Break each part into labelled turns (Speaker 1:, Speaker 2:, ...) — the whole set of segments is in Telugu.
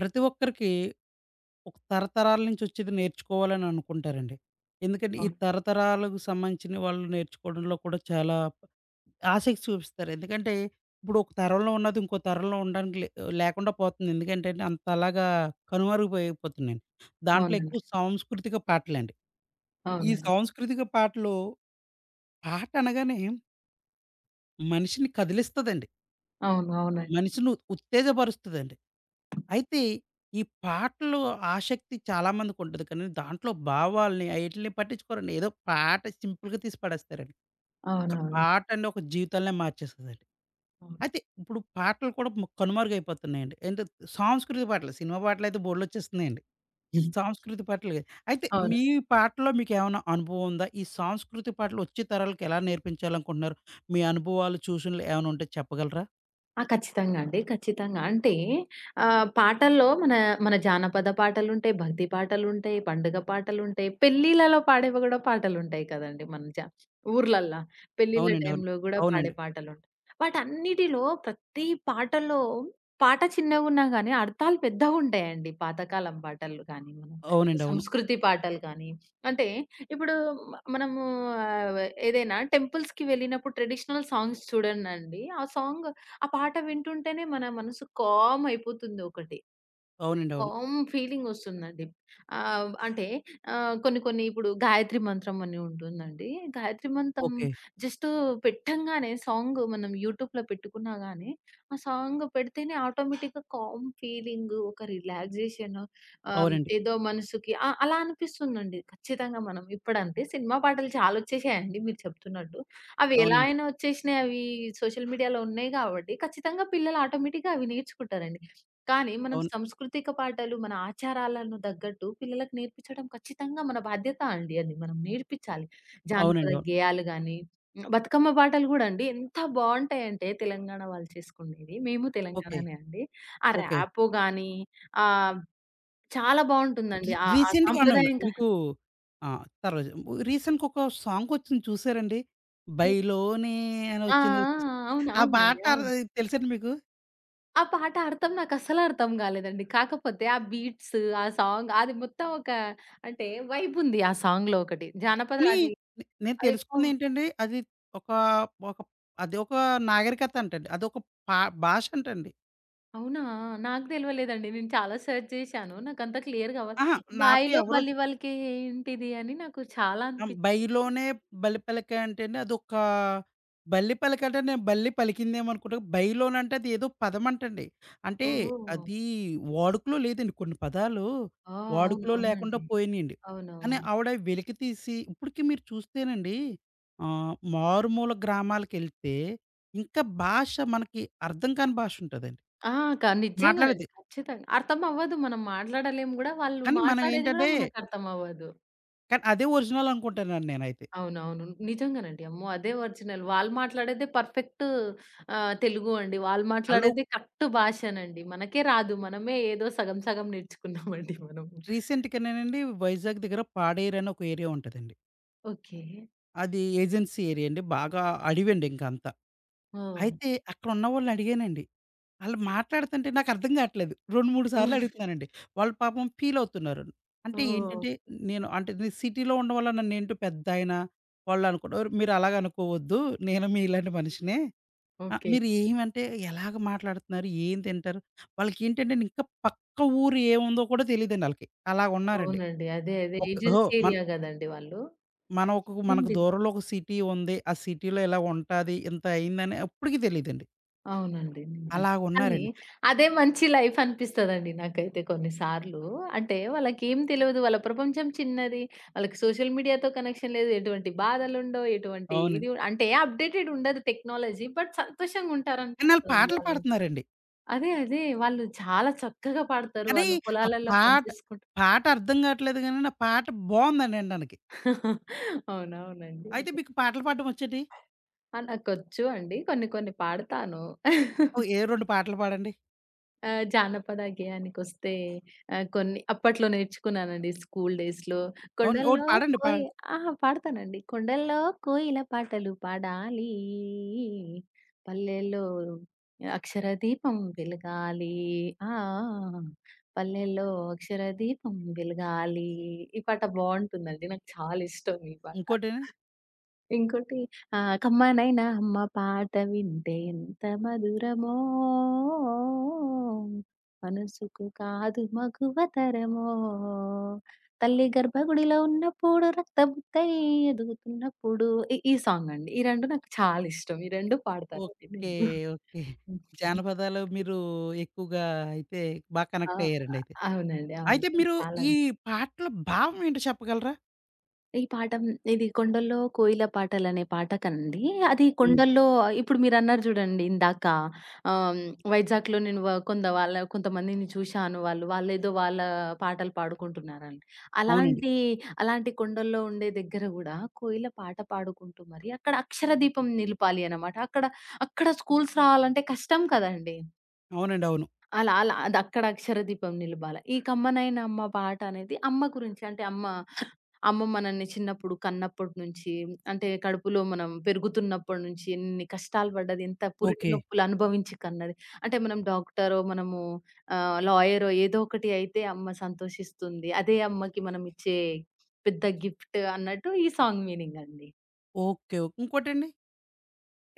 Speaker 1: ప్రతి ఒక్కరికి ఒక తరతరాల నుంచి వచ్చేది నేర్చుకోవాలని అనుకుంటారండి. ఎందుకంటే ఈ
Speaker 2: అవును.
Speaker 1: తరతరాలకు సంబంధించిన వాళ్ళు నేర్చుకోవడంలో కూడా చాలా ఆసక్తి చూపిస్తారు. ఎందుకంటే ఇప్పుడు ఒక తరంలో ఉన్నది ఇంకో తరంలో ఉండడానికి లేకుండా పోతుంది. ఎందుకంటే అండి అంతలాగా కనుమరుగైపోతున్నాయండి. దాంట్లో
Speaker 2: అవునండి.
Speaker 1: ఎక్కువ సాంస్కృతిక పాటలండి. ఈ
Speaker 2: అవునండి.
Speaker 1: సాంస్కృతిక పాటలు పాట అనగానే మనిషిని కదిలిస్తదండి.
Speaker 2: అవును. అవునండి.
Speaker 1: మనిషిని ఉత్తేజపరుస్తదండి. అయితే ఈ పాటలు ఆసక్తి చాలామందికుంటది. కానీ దాంట్లో భావాల్ని ఆయిటిలిని పట్టించుకోరండి. ఏదో పాట సింపుల్‌గా తీసి పడేస్తారండి. ఒక
Speaker 2: అవునవును.
Speaker 1: పాట అండి ఒక జీవితాలనే మార్చేస్తదండి.
Speaker 2: అవును.
Speaker 1: అయితే ఇప్పుడు పాటలు కూడా కనుమరుగైపోతున్నాయండి. అంటే సాంస్కృతిక పాటలు, సినిమా పాటలైతే బోలెడొచ్చేస్తున్నాయండి. సాంస్కృతిక పాటలు కాదు. అయితే మీ పాటల్లో మీకేమన్నా అనుభవం ఉందా? ఈ సాంస్కృతిక పాటలు వచ్చే తరాలకి ఎలా నేర్పించాలనుకుంటున్నారు? మీ అనుభవాలు, సూచనలు ఏమైనా ఉంటే చెప్పగలరా?
Speaker 2: ఆ! ఖచ్చితంగా అండి. ఖచ్చితంగా. అంటే పాటల్లో మన మన జానపద పాటలుంటాయి, భక్తి పాటలుంటాయి, పండుగ పాటలుంటాయి, పెళ్ళిళ్ళలో పాడేవి గూడా పాటలుంటాయి కదండీ! మన జ ఊర్లల్లా. పెళ్ళిళ్ళ
Speaker 1: అవునండి. అవును.
Speaker 2: టైంలో గూడా పాడే
Speaker 1: అవునండి.
Speaker 2: పాటలుంటాయి. వాటన్నిటిలో ప్రతి పాటలో పాట చిన్నగున్నా గానీ అర్థాలు పెద్దగుంటాయండి. పాతకాలం పాటలు గానీ, మన
Speaker 1: అవునండి. అవును.
Speaker 2: సంస్కృతి పాటలు గానీ, అంటే ఇప్పుడు మనము ఆహ్, ఏదైనా టెంపుల్స్‌కి వెళ్ళినప్పుడు ట్రెడిషనల్ సాంగ్స్ చూడండండి. ఆ పాట వింటుంటేనే మన మనసు కామ్ అయిపోతుంది ఒకటి.
Speaker 1: అవునండి. అవును.
Speaker 2: కామ్ ఫీలింగొస్తుందండి. అంటే కొన్ని కొన్ని ఇప్పుడు గాయత్రి మంత్రం అని ఉంటుందండి. గాయత్రి మంత్రం
Speaker 1: ఓకే.
Speaker 2: జస్ట్ పెట్టంగానే సాంగ్ మనం యూట్యూబ్‌లో పెట్టుకున్నా గానీ, ఆ సాంగ్ పెడితేనే ఆటోమేటిక్‌గా కామ్ ఫీలింగు, ఒక రిలాక్సేషను
Speaker 1: అవునండి.
Speaker 2: ఏదో మనసుకి అలా అనిపిస్తుందండి. ఖచ్చితంగా మనం ఇప్పుడంటే సినిమా పాటలు చాలా ఒచ్చేసాయండి మీరు చెప్తున్నట్టు. అవి ఎలా
Speaker 1: అవునండి.
Speaker 2: అయినా ఒచ్చేసినాయి. అవి సోషల్ మీడియాలో ఉన్నాయి గాబట్టి ఖచ్చితంగా పిల్లలు ఆటోమేటిక్‌గా అవి నేర్చుకుంటారండి. కానీ మనం
Speaker 1: అవును.
Speaker 2: సంస్కృతిక పాఠాలు, మన ఆచారాలను తగ్గట్టు పిల్లలకు నేర్పించడం ఖచ్చితంగా మన బాధ్యత అండి అది. మనం నేర్పించాలి. జానపద
Speaker 1: అవునండి. అవును.
Speaker 2: గేయాలు గాని, హ్మ్, బతుకమ్మ పాటలు గూడా అండి ఎంత బావుంటాయంటే తెలంగాణ వాళ్ళు చేసుకునేవి. మేము
Speaker 1: ఓకే.
Speaker 2: తెలంగాణనే అండి. ఆ
Speaker 1: ఓకే.
Speaker 2: ర్యాపో గాని ఆహ్, చాలా బావుంటుందండి. ఆ ఆ
Speaker 1: రీసెంట్‌గా అవునండి.
Speaker 2: సాంప్రదాయం గాని.
Speaker 1: మీకు ఆ! తర్వాత రీసెంట్‌గా ఒక సాంగొచ్చింది చూసారండి? 'బైలోనే' అని
Speaker 2: ఆ! ఆ!
Speaker 1: వచ్చింది. చూసా-
Speaker 2: అవును.
Speaker 1: ఆ
Speaker 2: అవునండి.
Speaker 1: పాట అర్-
Speaker 2: అవును.
Speaker 1: తెలుసండి మీకు?
Speaker 2: ఆ పాట అర్థం నాకస్సలు అర్థం గాలేదండి. కాకపోతే ఆ బీట్స్, ఆ సాంగ్ అది మొత్తం ఒక అంటే వైబ్ ఉంది ఆ సాంగ్‌లో ఒకటి. జానపద
Speaker 1: కానీ
Speaker 2: అది
Speaker 1: నేను
Speaker 2: అది ఫో
Speaker 1: తెలుసుకుందేంటండి అది ఒక, ఒక అది ఒక నాగరికత అంటండి. అదొక పా భాష అంటండి.
Speaker 2: అవునా! నాకు తెలవలేదండి. నేను చాలా సెర్చ్ చేశాను. నాకంత క్లియర్‌గా అవ్వలే.
Speaker 1: అహా! నాకు
Speaker 2: 'బాయిలో
Speaker 1: ఎవరో
Speaker 2: బల్లి వలికే ఏంటిది' అని నాకు చాలా అనిపిచ్చింది.
Speaker 1: బైలోనే బల్లి పలక అంటే అండి అదొక బల్లి పలక అంటే నేను బల్లి పలికిందేమో అనుకుంటా. బైలోనంటే అది ఏదో పదం అంటండి. అంటే
Speaker 2: ఓహ్!
Speaker 1: అది వాడుకలో లేదండి. కొన్ని పదాలు
Speaker 2: ఆ!
Speaker 1: వాడుకలో లేకుండా
Speaker 2: అవునవునండి.
Speaker 1: పోయినియండి. కానీ
Speaker 2: అవునవును.
Speaker 1: ఆవిడ వెలికి తీసి ఇప్పటికి మీరు చూస్తేనండి మారుమూల గ్రామాలకెళ్తే ఇంకా భాష మనకి అర్థం కాని భాష ఉంటదండి.
Speaker 2: ఆ! నిజంగానండి.
Speaker 1: మాట్లాడేది.
Speaker 2: ఖచ్చితంగా. అర్థం అవ్వదు. మనం మాట్లాడలేము గూడా. వాళ్ళు
Speaker 1: కానీ మనం
Speaker 2: మాట్లాడేది గూడా
Speaker 1: ఏంటంటే
Speaker 2: మనకు అర్థం అవ్వదు.
Speaker 1: కానీ అదే ఒరిజినల్ అనుకుంటానండి నేనైతే.
Speaker 2: అవునవును. నిజంగానండి. అమ్మో! అదే ఒరిజినల్. వాళ్ళు మాట్లాడేదే పర్ఫెక్ట్ తెలుగు అండి. వాళ్ళు
Speaker 1: ఆళ్ళు
Speaker 2: మాట్లాడేది కరెక్ట్ భాషనండి. మనకే రాదు. మనమే ఏదో సగం సగం నేర్చుకున్నామండి మనము.
Speaker 1: రీసెంట్‌గానేనండి వైజాగ్ దగ్గర పాడేరు అని ఒక ఏరియా ఉంటదండి.
Speaker 2: ఓకే.
Speaker 1: అది ఏజెన్సీ ఏరియా అండి. బాగా అడవండి ఇంక అంతా.
Speaker 2: ఓహ్!
Speaker 1: అయితే అక్కడ ఉన్నవాళ్ళని అడిగానండి. ఆళ్ళు మాట్లాడుతుంటే నాకు అర్థం కావట్లేదు. 2, 3 సార్లు అడుగుతున్నానండి. వాళ్ళు పాపం ఫీల్ అవుతున్నారు. అంటే
Speaker 2: ఓహ్!
Speaker 1: ఏంటంటే నేను అంటే నేను సిటీలో ఉండవల్ల నన్నేంటో పెద్దాయన వాళ్ళు అనుకున్నారు. మీరు అలాగ అనుకోవద్దు. నేను మీలాంటి మనిషినే.
Speaker 2: ఓకే.
Speaker 1: మీరు ఏమంటే ఎలాగ మాట్లాడుతున్నారు? ఏం తింటారు? వాళ్ళకేంటంటే ఇంకా పక్క ఊరు ఏముందో కూడా తెలీదండి ఆళ్ళకి. అలాగున్నారండి.
Speaker 2: అవునండి. అదే. అదే.
Speaker 1: ఓహో!
Speaker 2: ఏజెన్సీ
Speaker 1: మన
Speaker 2: ఏరియా గదండీ వాళ్ళు.
Speaker 1: మనం ఒక
Speaker 2: ఏం
Speaker 1: మనకు
Speaker 2: తెల్
Speaker 1: దూరంలో ఒక సిటీ ఉంది. ఆ సిటీలో ఇలా ఉంటాది. ఇంత అయిందని అప్పటికి తెలీదండి.
Speaker 2: అవునండి. నిజం. కానీ
Speaker 1: అలాగున్నారండి.
Speaker 2: అదే మంచి లైఫ్ అనిపిస్తదండి నాకైతే కొన్ని సార్లు. అంటే వాళ్ళకేం తెలవదు. వాళ్ళ ప్రపంచం చిన్నది. వాళ్ళకి సోషల్ మీడియాతో కనెక్షన్ లేదు. ఎటువంటి బాధలుండవు. ఎటువంటి
Speaker 1: అవునండి.
Speaker 2: ఇది అంటే అప్‌డేటెడ్ ఉండదు టెక్నాలజీ. బట్
Speaker 1: కానీ ఆళ్ళు
Speaker 2: సంతోషంగుంటారనిపిస్తదండి
Speaker 1: పాటలు
Speaker 2: వాళ్ళు.
Speaker 1: పాడుతున్నారండి.
Speaker 2: అదే. అదే. వాళ్ళు చాలా చక్కగా పాడతారు.
Speaker 1: కానీ
Speaker 2: వాళ్ళు
Speaker 1: ఆ
Speaker 2: పొలాలలో పని
Speaker 1: పాట
Speaker 2: చేసుకుంటూ
Speaker 1: పాట అర్థం కావట్లేదు గానండి. ఆ పాట బావుందండి వినడానికి.
Speaker 2: అవునవునండి.
Speaker 1: అయితే మీకు పాటలు పాడడం వచ్చండి?
Speaker 2: ఆ! నాకొచ్చు అండి. కొన్ని కొన్ని పాడతాను.
Speaker 1: ఓహ్! ఏ 2 పాటలు పాడండి.
Speaker 2: జానపద గేయానికొస్తే కొన్ని అప్పట్లో నేర్చుకున్నానండి స్కూల్ డేస్‌లో.
Speaker 1: అవును. ఒకటి
Speaker 2: కొండల్లో
Speaker 1: పాడండి.
Speaker 2: కోయి
Speaker 1: పాడండి.
Speaker 2: ఆ! పాడతానండి. కొండల్లో కోయిల పాటలు పాడాలి. పల్లెల్లో అక్షర దీపం వెలగాలి. ఆ! పల్లెల్లో అక్షర దీపం వెలగాలి. ఈ పాట బావుంటుందండి. నాకు చాలా ఇష్టం ఈ పాట.
Speaker 1: ఇంకోటేనా?
Speaker 2: ఇంకోటి 'కమ్మనైన అమ్మ పాట వింటే ఎంత మధురమో, మనసుకు కాదు మగువ తరమో. తల్లి గర్భగుడిలో ఉన్నప్పుడు రక్తబుక్కై ఎదుగుతున్నప్పుడు' ఈ ఈ సాంగ్ అండి. ఈ 2 నాకు చాలా ఇష్టం. ఈ 2 పాడతానండి
Speaker 1: ఓకే.
Speaker 2: నేను.
Speaker 1: ఓకే.
Speaker 2: హ్మ్.
Speaker 1: జానపదాలు మీరు ఎక్కువగా అయితే బా
Speaker 2: ఆ!
Speaker 1: కనెక్ట్ అయ్యారండి అయితే.
Speaker 2: అవునండి. అవును.
Speaker 1: అయితే మీరు
Speaker 2: చాలా
Speaker 1: ఈ పాటల భావం ఏంటో చెప్పగలరా?
Speaker 2: ఈ పాఠం ఇది 'కొండల్లో కోయిల పాటలనే' పాట కండి. అది
Speaker 1: హ్మ్.
Speaker 2: కొండల్లో ఇప్పుడు మీరన్నారు చూడండి ఇందాక ఆహ్, వైజాగ్‌లో నేను వ కొంత వాళ్ళ కొంతమందిని చూశాను. వాళ్ళు వాళ్ళేదో వాళ్ళ పాటలు పాడుకుంటున్నారని.
Speaker 1: అవునండి.
Speaker 2: అలాంటి అలాంటి కొండల్లో ఉండే దగ్గర గూడా కోయిల పాట పాడుకుంటూ మరి అక్కడ అక్షర దీపం నిలపాలి అన్నమాట. అక్కడ అక్కడ స్కూల్స్ రావాలంటే కష్టం కదండీ!
Speaker 1: అవునండి. అవును.
Speaker 2: అలా అలా అది అక్కడ అక్షర దీపం నిలపాల. ఈ 'కమ్మనైన అమ్మ' పాట అనేది అమ్మ గురించి అంటే అమ్మ అమ్మ మనల్ని చిన్నప్పుడు కన్నప్పటి నుంచి, అంటే కడుపులో మనం పెరుగుతున్నప్పటి నుంచి ఎన్ని కష్టాలు పడ్డది, ఎంత పురిటి
Speaker 1: ఓకే.
Speaker 2: నొప్పులు అనుభవించి కన్నది. అంటే మనం డాక్టరో, మనము లాయరో ఏదో ఒకటి అయితే అమ్మ సంతోషిస్తుంది. అదే అమ్మకి మనం ఇచ్చే పెద్ద గిఫ్ట్ అన్నట్టు ఈ సాంగ్ మీనింగ్ అండి.
Speaker 1: ఓకే. ఓకే. ఇంకోటండి?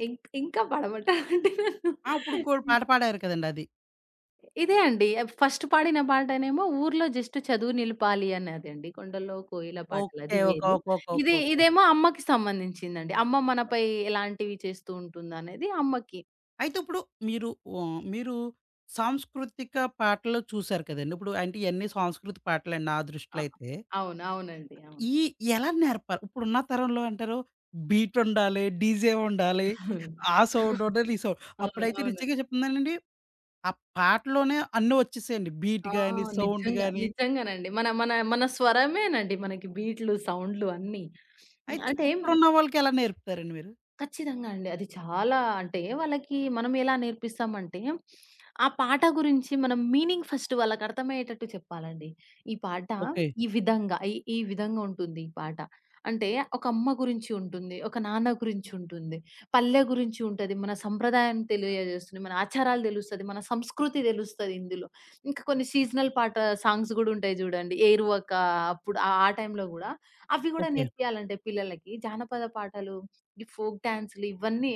Speaker 2: ఇం ఇంకా పడమట అంటే నన్ను
Speaker 1: ఆ! ఇప్పుడు ఇంకో పాట పాడారు కదండీ అది.
Speaker 2: ఇదే అండి. ఫస్ట్ పాడిన పాటనేమో ఊర్లో జస్ట్ చదువు నిలపాలి అన్నదండి. కొండల్లో కోయిల పాటలు
Speaker 1: ఓకే.
Speaker 2: అది
Speaker 1: ఓకే.
Speaker 2: వేరు.
Speaker 1: ఓకే. ఓకే. ఓకే.
Speaker 2: ఇది
Speaker 1: ఓకే.
Speaker 2: ఇదేమో అమ్మకి సంబంధించిందండి. అమ్మ మనపై ఎలాంటివి చేస్తూ ఉంటుందనేది అమ్మకి.
Speaker 1: అయితే ఇప్పుడు మీరు మీరు సాంస్కృతిక పాటలు చూసారు కదండీ! ఇప్పుడు అంటే ఇయన్నీ సాంస్కృతిక పాటలండి నా దృష్టిలో
Speaker 2: ఆ!
Speaker 1: అయితే.
Speaker 2: అవును. అవునండి. అవును.
Speaker 1: ఈ ఎలా నేర్పాలి? ఇప్పుడున్న తరంలో అంటారు బీట్ ఉండాలి, డీజే ఉండాలి, ఆ సౌండ్ ఉండాలి, ఈ సౌండ్
Speaker 2: అవును.
Speaker 1: అప్పుడైతే
Speaker 2: అవునండి.
Speaker 1: నిజంగా చెప్తున్నానండి ఆ పాటలోనే అన్నీ వచ్చేసాయండి. బీట్
Speaker 2: ఆ!
Speaker 1: గాని, సౌండ్
Speaker 2: నిజంగా.
Speaker 1: గాని.
Speaker 2: నిజంగానండి. మన మన మన స్వరమేనండి మనకి బీట్లు, సౌండ్లు అన్నీ.
Speaker 1: అయితే
Speaker 2: అంటే
Speaker 1: ఇప్పుడున్న వాళ్ళకి ఎలా నేర్పుతారండి మీరు?
Speaker 2: ఖచ్చితంగా అండి. అది చాలా అంటే వాళ్ళకి మనం ఎలా నేర్పిస్తామంటే, ఆ పాట గురించి మనం మీనింగ్ ఫస్ట్ వాళ్ళకి అర్థమయ్యేటట్టు చెప్పాలండి. ఈ పాట
Speaker 1: ఓకే.
Speaker 2: ఈ విధంగా ఈ ఈ విధంగా ఉంటుంది ఈ పాట. అంటే ఒక అమ్మ గురించి ఉంటుంది. ఒక నాన్న గురించి ఉంటుంది. పల్లె గురించి ఉంటది. మన సంప్రదాయం తెలియజేస్తుంది. మన ఆచారాలు తెలుస్తది. మన సంస్కృతి తెలుస్తది ఇందులో. ఇంకా కొన్ని సీజనల్ పాట సాంగ్స్ గూడా ఉంటాయి జూడండి. ఏరువాక అప్పుడు ఆ టైంలో గూడా అవి గూడా
Speaker 1: ఓకే.
Speaker 2: నేర్పియాలంటే పిల్లలకి జానపద పాటలు ఈ ఫోక్ డాన్సులు ఇవన్నీ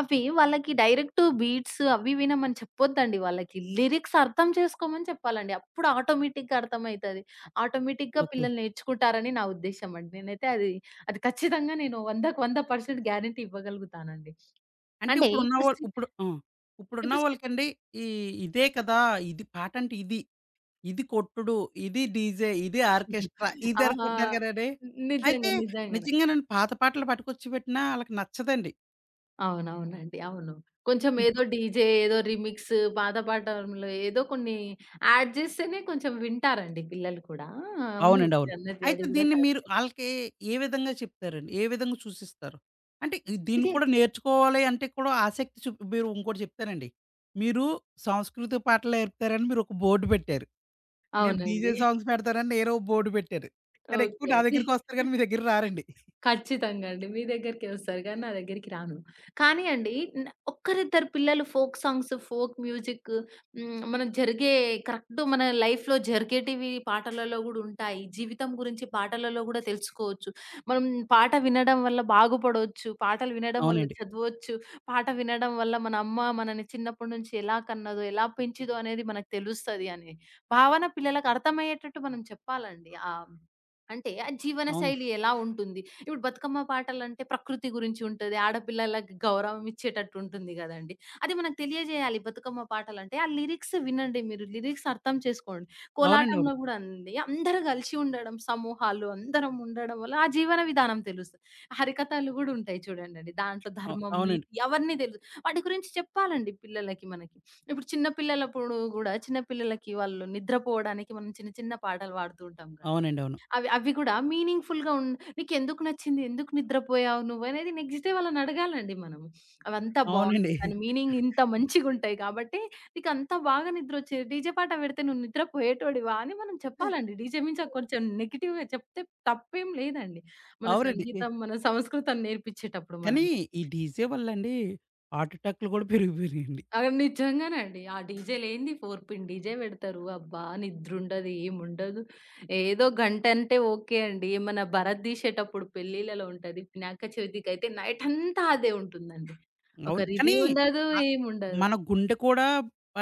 Speaker 2: అవి వాళ్ళకి డైరెక్ట్ బీట్స్ అవి వినమని చెప్పొద్దండి వాళ్ళకి. లిరిక్స్ అర్థం చేసుకోమని చెప్పాలండి. అప్పుడు ఆటోమేటిక్‌గా అర్థమైతది. ఆటోమేటిక్‌గా
Speaker 1: ఓకే.
Speaker 2: పిల్లలు నేర్చుకుంటారని నా ఉద్దేశ్యం అండి. నేనైతే అది అది ఖచ్చితంగా నేను 100%కి 100% గ్యారంటీ ఇవ్వగలుగుతానండి.
Speaker 1: అంటే
Speaker 2: అంటే
Speaker 1: ఇప్పుడున్న
Speaker 2: ఇప్పుడు
Speaker 1: వాళ్ళు
Speaker 2: సి
Speaker 1: ఇప్పుడు ఆ! ఇప్పుడున్న
Speaker 2: ఇప్పుడు సి
Speaker 1: వాళ్ళకండి ఈ ఇదే కదా! ఇది పాట అంటే ఇది. ఇది కొట్టుడు, ఇది డీజే, ఇది ఆర్కెస్ట్రా ఇది అనుకుంటున్నారు
Speaker 2: ఆ!
Speaker 1: కదండీ! అయితే
Speaker 2: నిజంగా. నిజంగా.
Speaker 1: నిజంగానండి పాత పాటలు పట్టుకొచ్చి పెట్టినా ఆళ్ళకి నచ్చదండి.
Speaker 2: అవునవునండి. అవును. కొంచెం
Speaker 1: ఇప్పుడు
Speaker 2: ఏదో డీజే, ఏదో రీమిక్స్, పాత పాటలు ఏదో కొన్ని యాడ్ జేస్తేనే కొంచెం వింటారండి పిల్లలు కూడా. అవును.
Speaker 1: అవునండి. అవును.
Speaker 2: మీరన్నది
Speaker 1: అయితే
Speaker 2: అది గూడా
Speaker 1: దీన్ని మీరు
Speaker 2: కరెక్ట్.
Speaker 1: ఆళ్ళకి ఏ విధంగా చెప్తారండి? ఏ విధంగా సూచిస్తారు? అంటే దీన్ని
Speaker 2: ఇది
Speaker 1: కూడా నేర్చుకోవాలి అంటే కూడా ఆసక్తి చూపి మీరు ఇంకోటి చెప్తానండి. మీరు సాంస్కృతిక పాటలు నేర్పుతారని మీరు ఒక బోర్డ్ పెట్టారు. నేను డీజే
Speaker 2: అవునండి.
Speaker 1: సాంగ్స్ పెడతానని నేను ఓ బోర్డ్ పెట్టాను. కానీ ఎక్కువ
Speaker 2: ఓకే
Speaker 1: నా
Speaker 2: అండి.
Speaker 1: దగ్గరికొస్తారు కానీ మీ దగ్గరికి రారండి.
Speaker 2: ఖచ్చితంగా అండి. మీ దగ్గరికే వస్తారు గానీ, నా దగ్గరికి రాను. కానీ అండి న ఒక్కరిద్దరు పిల్లలు ఫోక్ సాంగ్స్, ఫోక్ మ్యూజిక్. హ్మ్. మనం జరిగే కరెక్ట్ మన లైఫ్‌లో జరిగేటివి పాటలలో గూడా ఉంటాయి. జీవితం గురించి పాటలలో గూడా తెలుసుకోవచ్చు. మనం పాట వినడం వల్ల బాగుపడొచ్చు. పాటలు వినడం వల్ల
Speaker 1: అవునండి.
Speaker 2: చదవచ్చు. పాట వినడం వల్ల మన అమ్మ మనని చిన్నప్పటి నుంచి ఎలా కన్నదో, ఎలా పెంచిదో అనేది మనకు తెలుస్తది అనే భావన పిల్లలకు అర్థమయ్యేటట్టు మనం చెప్పాలండి. అంటే ఆ జీవన
Speaker 1: అవును.
Speaker 2: శైలి ఎలా ఉంటుంది? ఇప్పుడు బతుకమ్మ పాటలంటే ప్రకృతి గురించి ఉంటది. ఆడపిల్లలకి గౌరవం ఇచ్చేటట్టు ఉంటుంది గదండీ! అది మనకు తెలియజేయాలి బతుకమ్మ పాటలంటే. ఆ లిరిక్స్ వినండి మీరు. లిరిక్స్ అర్థం చేసుకోండి.
Speaker 1: అవునండి. అవును.
Speaker 2: కోలాటంలో గూడా అండి. అందరూ గలిసి ఉండడం, సమూహాలు అందరం ఉండడం వల్ల ఆ జీవన విధానం తెలుస్తది. హరికథలు గూడా ఉంటాయి చూడండండి. దాంట్లో ధర్మం,
Speaker 1: అవునండి.
Speaker 2: నీతి అవన్నీ దెలుసు. వాటి గురించి చెప్పాలండి పిల్లలకి మనకి. ఇప్పుడు చిన్న పిల్లలప్పుడు గూడా చిన్న పిల్లలకి వాళ్ళు నిద్రపోవడానికి మనం చిన్న చిన్న పాటలు పాడుతూ ఉంటాం గదండీ!
Speaker 1: అవునండి. అవును.
Speaker 2: అవి అవి గూడా మీనింగ్‌ఫుల్‌గా ఉన్ "నీకెందుకు నచ్చింది? ఎందుకు నిద్రపోయావు నువ్వు?" అనేది నెక్స్ట్ డే వాళ్ళని అడగాలండి మనం. అవంతా
Speaker 1: అవునండి.
Speaker 2: బావుంటాయి. దాని మీనింగ్ ఇంత మంచిగుంటాయి కాబట్టి, "నీకంత బాగా నిద్రొచ్చేది. డీజే పాట పెడితే నువ్వు నిద్రపోయేటోడివా?" అని మనం చెప్పాలండి. డీజే మించ కొంచెం నెగెటివ్‌గా చెప్తే తప్పేం లేదండి. మన
Speaker 1: అవునండి.
Speaker 2: సంగీతం, మన సంస్కృతం నేర్పించేటప్పుడు
Speaker 1: కానీ
Speaker 2: మనము.
Speaker 1: ఈ డీజే వల్లండి హార్ట్ అటాక్‌లు కూడా పెరిగిపోయినాయండి.
Speaker 2: ఆ! నిజంగానండి. ఆ డీజే లేనిది 4 పిన్ డీజే పెడతారు. అబ్బా! నిద్రుండదు, ఏముండదు. ఏదో గంటంటే ఓకే అండి. ఏమన్నా భరత్ తీసేటప్పుడు పెళ్ళిళ్ళలో ఉంటది. వినాయక చవితికైతే నైటంతా అదే ఉంటుందండి. ఒక
Speaker 1: అవును.
Speaker 2: రిది
Speaker 1: కానీ
Speaker 2: ఉండదు,
Speaker 1: ఆహ్,
Speaker 2: ఏముండదు.
Speaker 1: మన గుండె కూడా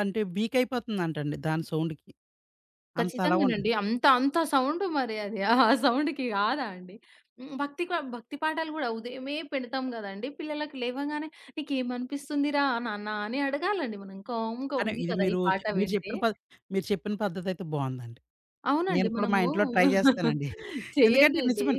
Speaker 1: అంటే వీక్ అయిపోతుందంటండి దాని సౌండ్‌కి. అంత అలాగుంటది.
Speaker 2: ఖచ్చితంగానండి. అంత అంత సౌండ్ మరి అది. ఆ సౌండ్‌కి కాదా అండి. హ్మ్. భక్తి పాటలు గూడా ఉదయమే పెడతాం గదండీ! పిల్లలకి లేవంగానే "నీకేమనిపిస్తుందిరా నాన్న" అని అడగాలండి మనం. కామ్‌గా
Speaker 1: కానీ
Speaker 2: ఉంది
Speaker 1: ఇది
Speaker 2: కదా! ఈ పాట వింటే.
Speaker 1: మీరు చెప్పిన పద్ధతయితే బావుందండి.
Speaker 2: అవునండి.
Speaker 1: నేను కూడా మా
Speaker 2: మనము
Speaker 1: ఇంట్లో ట్రై చేస్తానండి. ఎందుకంటే
Speaker 2: చేయందండి.
Speaker 1: నిజమే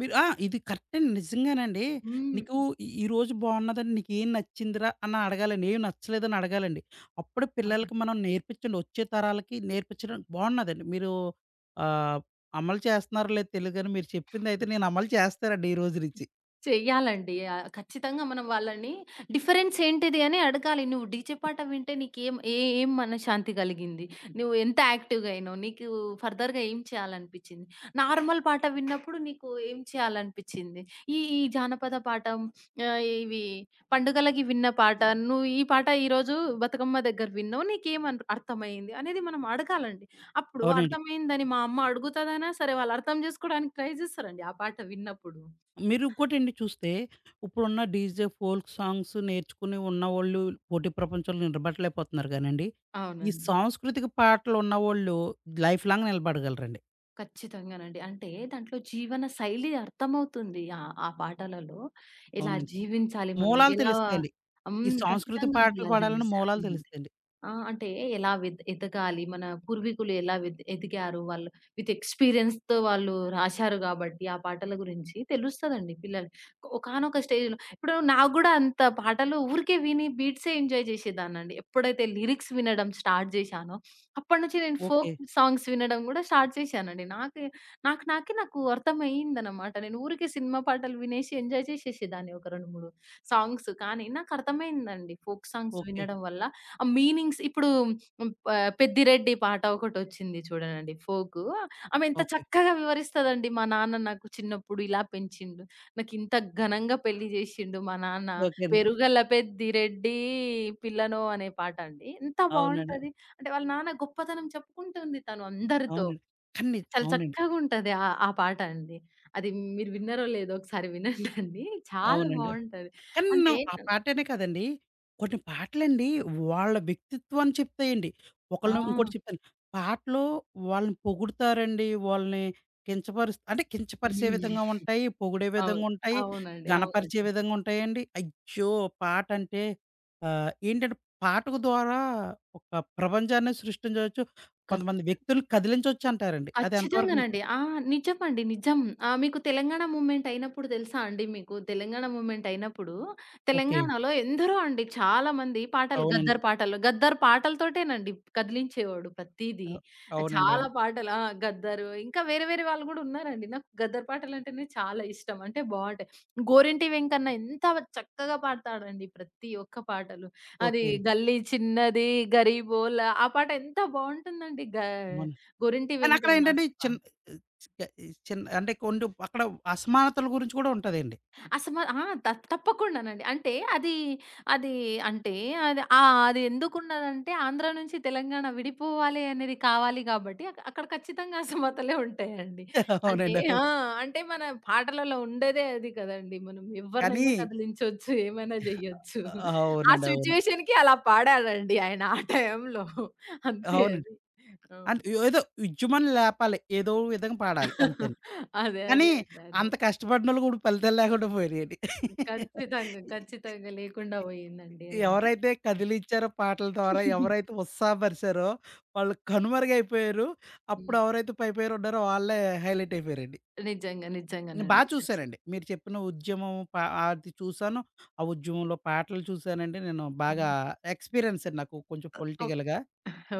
Speaker 1: మీరు ఆ! ఇది కరెక్టే అండి. నిజంగానండి.
Speaker 2: హ్మ్.
Speaker 1: నీకు ఈ ఈరోజు బావున్నదని నీకేం నచ్చిందిరా అని అడగాలండి. ఏం నచ్చలేదని అడగాలండి. అప్పుడే
Speaker 2: ఆ!
Speaker 1: పిల్లలకి మనం నేర్పించండి. వచ్చే తరాలకి నేర్పించడం బావున్నదండి. మీరు ఆహ్, అమలు చేస్తున్నారో లేదో తెలీదు గానీ మీరు చెప్పిందైతే నేను అమలు చేస్తానండి ఈ రోజు నుంచి.
Speaker 2: చెయ్యాలండి. ఖచ్చితంగా మనం వాళ్ళని డిఫరెన్స్ ఏంటిది అని అడగాలి. నువ్వు డీజే పాట వింటే నీకేం ఏ ఏం మనశ్శాంతి కలిగింది? నువ్వు ఎంత యాక్టివ్‌గా అయినావు? నీకు ఫర్దర్‌గా ఏం చేయాలనిపిచ్చింది? నార్మల్ పాట విన్నప్పుడు నీకు ఏం చేయాలనిపిచ్చింది? ఈ ఈ జానపద పాట, ఇవి పండుగలకి విన్న పాట, నువ్వు ఈ పాట ఈరోజు బతుకమ్మ దగ్గర విన్నావు. నీకేం అన్ అర్థమైంది? అనేది మనం అడగాలండి. అప్పుడు
Speaker 1: అవునండి.
Speaker 2: అర్థమైందని మా అమ్మ అడుగుతదనా సరే! వాళ్ళు అర్థం జేసుకోవడానికి ట్రై జేస్తారండి ఆ పాట విన్నప్పుడు.
Speaker 1: మీరు ఇంకోటండి చూస్తే ఇప్పుడున్న డీజే, ఫోల్క్ సాంగ్స్ నేర్చుకుని ఉన్నవోళ్ళు పోటీ ప్రపంచంలో నిలబడలేకపోతున్నారు గానండి. ఈ
Speaker 2: అవునండి.
Speaker 1: సాంస్కృతిక పాటలు ఉన్నవోళ్ళు లైఫ్ లాంగ్ నిలబడగలరండి.
Speaker 2: ఖచ్చితంగానండి. అంటే దాంట్లో జీవన శైలి అర్థమవుతుంది. ఆ పాటలలో ఎలా
Speaker 1: అవునండి.
Speaker 2: జీవించాలి మనం?
Speaker 1: మూలాలు
Speaker 2: ఎలా
Speaker 1: తెలుస్తాయండి.
Speaker 2: హ్మ్.
Speaker 1: ఈ సాంస్కృతి
Speaker 2: ఖచ్చితంగా
Speaker 1: పాటలు
Speaker 2: మూలాలు
Speaker 1: పాడాలన్న
Speaker 2: తెలుస్తాయి.
Speaker 1: మూలాలు
Speaker 2: హ్మ్.
Speaker 1: తెలుస్తాయండి.
Speaker 2: ఆ! అంటే ఎలా వెద్ ఎదగాలి? మన పూర్వీకులు ఎలా వెద్ ఎదిగారు? వాళ్ళు విత్ ఎక్స్‌పీరియన్స్‌తో వాళ్ళు రాశారు గాబట్టి, ఆ పాటల గురించి తెలుస్తదండి పిల్లలు. ఒకానొక స్టేజ్‌లో ఇప్పుడు నాకు గూడా అంత పాటలు ఊరికే విని బీట్సే ఎంజాయ్ చేసేదాన్నండి. ఎప్పుడైతే లిరిక్స్ వినడం స్టార్ట్ చేశానో, అప్పటి నుంచి నేను
Speaker 1: ఓకే.
Speaker 2: ఫోక్ సాంగ్స్ వినడం గూడా స్టార్ట్ చేశానండి. నాకే నాకు నాకే నాకు అర్థమయిందనమాట. నేను ఊరికే సినిమా పాటలు వినేసి ఎంజాయ్ చేసేసేదాన్ని ఒక 2, 3 సాంగ్స్. కానీ నాకు అర్థమైందండి ఫోక్ సాంగ్స్
Speaker 1: ఓకే.
Speaker 2: వినడం వల్ల ఆ మీనింగ్స్ ఇప్పుడు హ్మ్, 'పెద్దిరెడ్డి' పాట ఒకటొచ్చింది చూడనండి ఫోకు. ఆమె ఎంత
Speaker 1: ఓకే.
Speaker 2: చక్కగా వివరిస్తదండి. మా నాన్న నాకు చిన్నప్పుడు ఇలా పెంచిండు. నాకింత ఘనంగా పెళ్లి జేశిండు మా నాన్న.
Speaker 1: ఓకేనండి.
Speaker 2: 'పెరుగల పెద్దిరెడ్డి పిల్లనో' అనే పాటండి. ఎంత
Speaker 1: అవునండి.
Speaker 2: బావుంటది. అంటే వాళ్ళ నాన్న గొప్పతనం చెప్పుకుంటుంది తను అందరితో.
Speaker 1: అవునండి. కానీ
Speaker 2: చాలా
Speaker 1: అవునండి.
Speaker 2: చక్కగుంటది ఆ ఆ పాట అండి. అది మీరు విన్నారో లేదో ఒకసారి వినండండి. చాలా
Speaker 1: అవునండి.
Speaker 2: బావుంటది.
Speaker 1: కానీ
Speaker 2: అంటే
Speaker 1: ఆ పాటనే కాదండి. కొన్ని పాటలండి వాళ్ళ వ్యక్తిత్వాన్ని చెప్తాయండి.
Speaker 2: ఆ!
Speaker 1: ఒకళ్ళని ఇంకోటి చెప్తాను. పాటలో వాళ్ళని పొగుడుతారండి. వాళ్ళని అంటే కించపరిచే విధంగా
Speaker 2: హ్మ్.
Speaker 1: ఉంటాయి. పొగిడే
Speaker 2: అవును.
Speaker 1: విధంగా ఉంటాయి.
Speaker 2: అవునండి.
Speaker 1: ఘనపరిచే
Speaker 2: అవునండి.
Speaker 1: విధంగా ఉంటాయండి. అయ్యో! పాట అంటే ఏంటంటే పాట ద్వారా ఒక ప్రపంచాన్ని సృష్టించవచ్చు. కొంతమంది
Speaker 2: ఖచ్చితంగా.
Speaker 1: వ్యక్తుల్ని కదిలించొచ్చంటారండి. అది ఎంతవరకు నిజం?
Speaker 2: ఖచ్చితంగానండి. ఆ! నిజమండి. నిజం. మీకు తెలంగాణ మూవ్‌మెంట్ అయినప్పుడు తెలుసా అండి మీకు? తెలంగాణ మూవ్‌మెంట్ అయినప్పుడు
Speaker 1: ఓకే.
Speaker 2: తెలంగాణలో ఎందరో అండి చాలామంది పాటలు
Speaker 1: అవునండి.
Speaker 2: గద్దర్ పాటలు, గద్దర్ పాటలతోటేనండి కదిలించేవాడు
Speaker 1: అ!
Speaker 2: ప్రతీదీ.
Speaker 1: అవునండి.
Speaker 2: చాలా
Speaker 1: అవును.
Speaker 2: పాటలు ఆ! గద్దరు ఇంకా వేరే వేరే వాళ్ళు గూడా ఉన్నారండి. నాకు గద్దర్ పాటలంటేనే చాలా ఇష్టం. అంటే బావుంటాయి. గోరింటి వెంకన్న ఎంత చక్కగా పాడతాడండి ప్రతి ఒక్క పాటలు. అది
Speaker 1: ఓకే.
Speaker 2: గల్లీ చిన్నది గరీబోల ఆ పాట ఎంత బావుంటుందండి.
Speaker 1: అవును.
Speaker 2: గోరింటి
Speaker 1: కానీ
Speaker 2: వెంకన్న
Speaker 1: అక్కడేంటంటే చిన్ చిన్ అంటే కొన్ని అక్కడ అసమానతల గురించి కూడా ఉంటదండి.
Speaker 2: ఆ! తప్పకుండానండి. అంటే అది, అది అంటే అది అది ఎందుకున్నదంటే ఆంధ్ర నుంచి తెలంగాణ విడిపోవాలి అనేది కావాలి కాబట్టి అక్కడ ఖచ్చితంగా అసమతలే ఉంటాయండి. అంటే
Speaker 1: అవునండి. అవును.
Speaker 2: ఆ! అంటే మన పాటలలో ఉండేదే అది కదండీ. మనం
Speaker 1: కానీ
Speaker 2: ఎవరినైనా కదిలించొచ్చు, ఏమైనా జేయొచ్చు. ఆ
Speaker 1: అవునండి. అవును.
Speaker 2: సిట్యుయేషన్‌కి అలా పాడాడండి ఆయన ఆ టైంలో. అంతే
Speaker 1: అవునండి.
Speaker 2: అది. ఆ!
Speaker 1: అంటే ఏదో ఉద్యమని లేపాలి. ఏదో విధంగా పాడాలి అంతేండి.
Speaker 2: అదే.
Speaker 1: కానీ
Speaker 2: అదే అండి. అదే.
Speaker 1: అంత కష్టపడినోళ్ళు కూడా ఫలితాలు లేకుండా పోయినాయండి.
Speaker 2: ఖచ్చితంగా. ఖచ్చితంగా లేకుండా పోయిందండి అది.
Speaker 1: ఎవరైతే కదిలిచ్చారో పాటల ద్వారా, ఎవరైతే ఉత్సాహపరిచారో వాళ్ళు కనుమరుగైపోయారు. అప్పుడు
Speaker 2: హ్మ్.
Speaker 1: ఎవరైతే పై పేరున్నారో వాళ్ళే హైలైట్ అయిపోయారండి.
Speaker 2: నిజంగా.
Speaker 1: నేను
Speaker 2: నిజంగానండి.
Speaker 1: చూసానండి. మీరు చెప్పిన ఉద్యమం ప అది చూసాను. ఆ ఉద్యమంలో పాటలు చూసానండి. నేను బాగా
Speaker 2: హ్మ్.
Speaker 1: ఎక్స్‌పీరియన్స్ అండి నాకు కొంచెం
Speaker 2: ఓహ్!
Speaker 1: పొలిటికల్‌గా.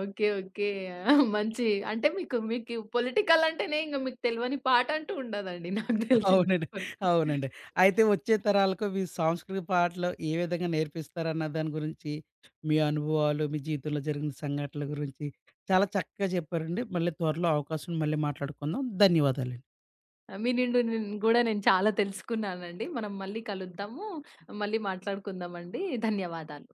Speaker 2: ఓకే. ఓకే. ఆ! మంచి అంటే మీకు మీకు పొలిటికల్ అంటేనే ఇంక మీకు తెలవని పాటంటూ ఉండదండి నాకు తెలిసినంత
Speaker 1: అవునండి.
Speaker 2: వరకు.
Speaker 1: అవునండి. అయితే వచ్చే తరాలకు మీ సాంస్కృతిక పాటలు ఏ విధంగా నేర్పిస్తారన్న దాని గురించి, మీ అనుభవాలు, మీ జీవితంలో జరిగిన సంఘటనల గురించి చాలా చక్కగా చెప్పారండి. మళ్ళీ త్వరలో అవకాశం మళ్ళీ మాట్లాడుకుందాం. ధన్యవాదాలు.
Speaker 2: ఆ, మీ నిండు నేను గూడా నేను చాలా తెలుసుకున్నానండి. మనం మళ్ళీ కలుద్దాము. మళ్ళీ మాట్లాడుకుందామండి. ధన్యవాదాలు.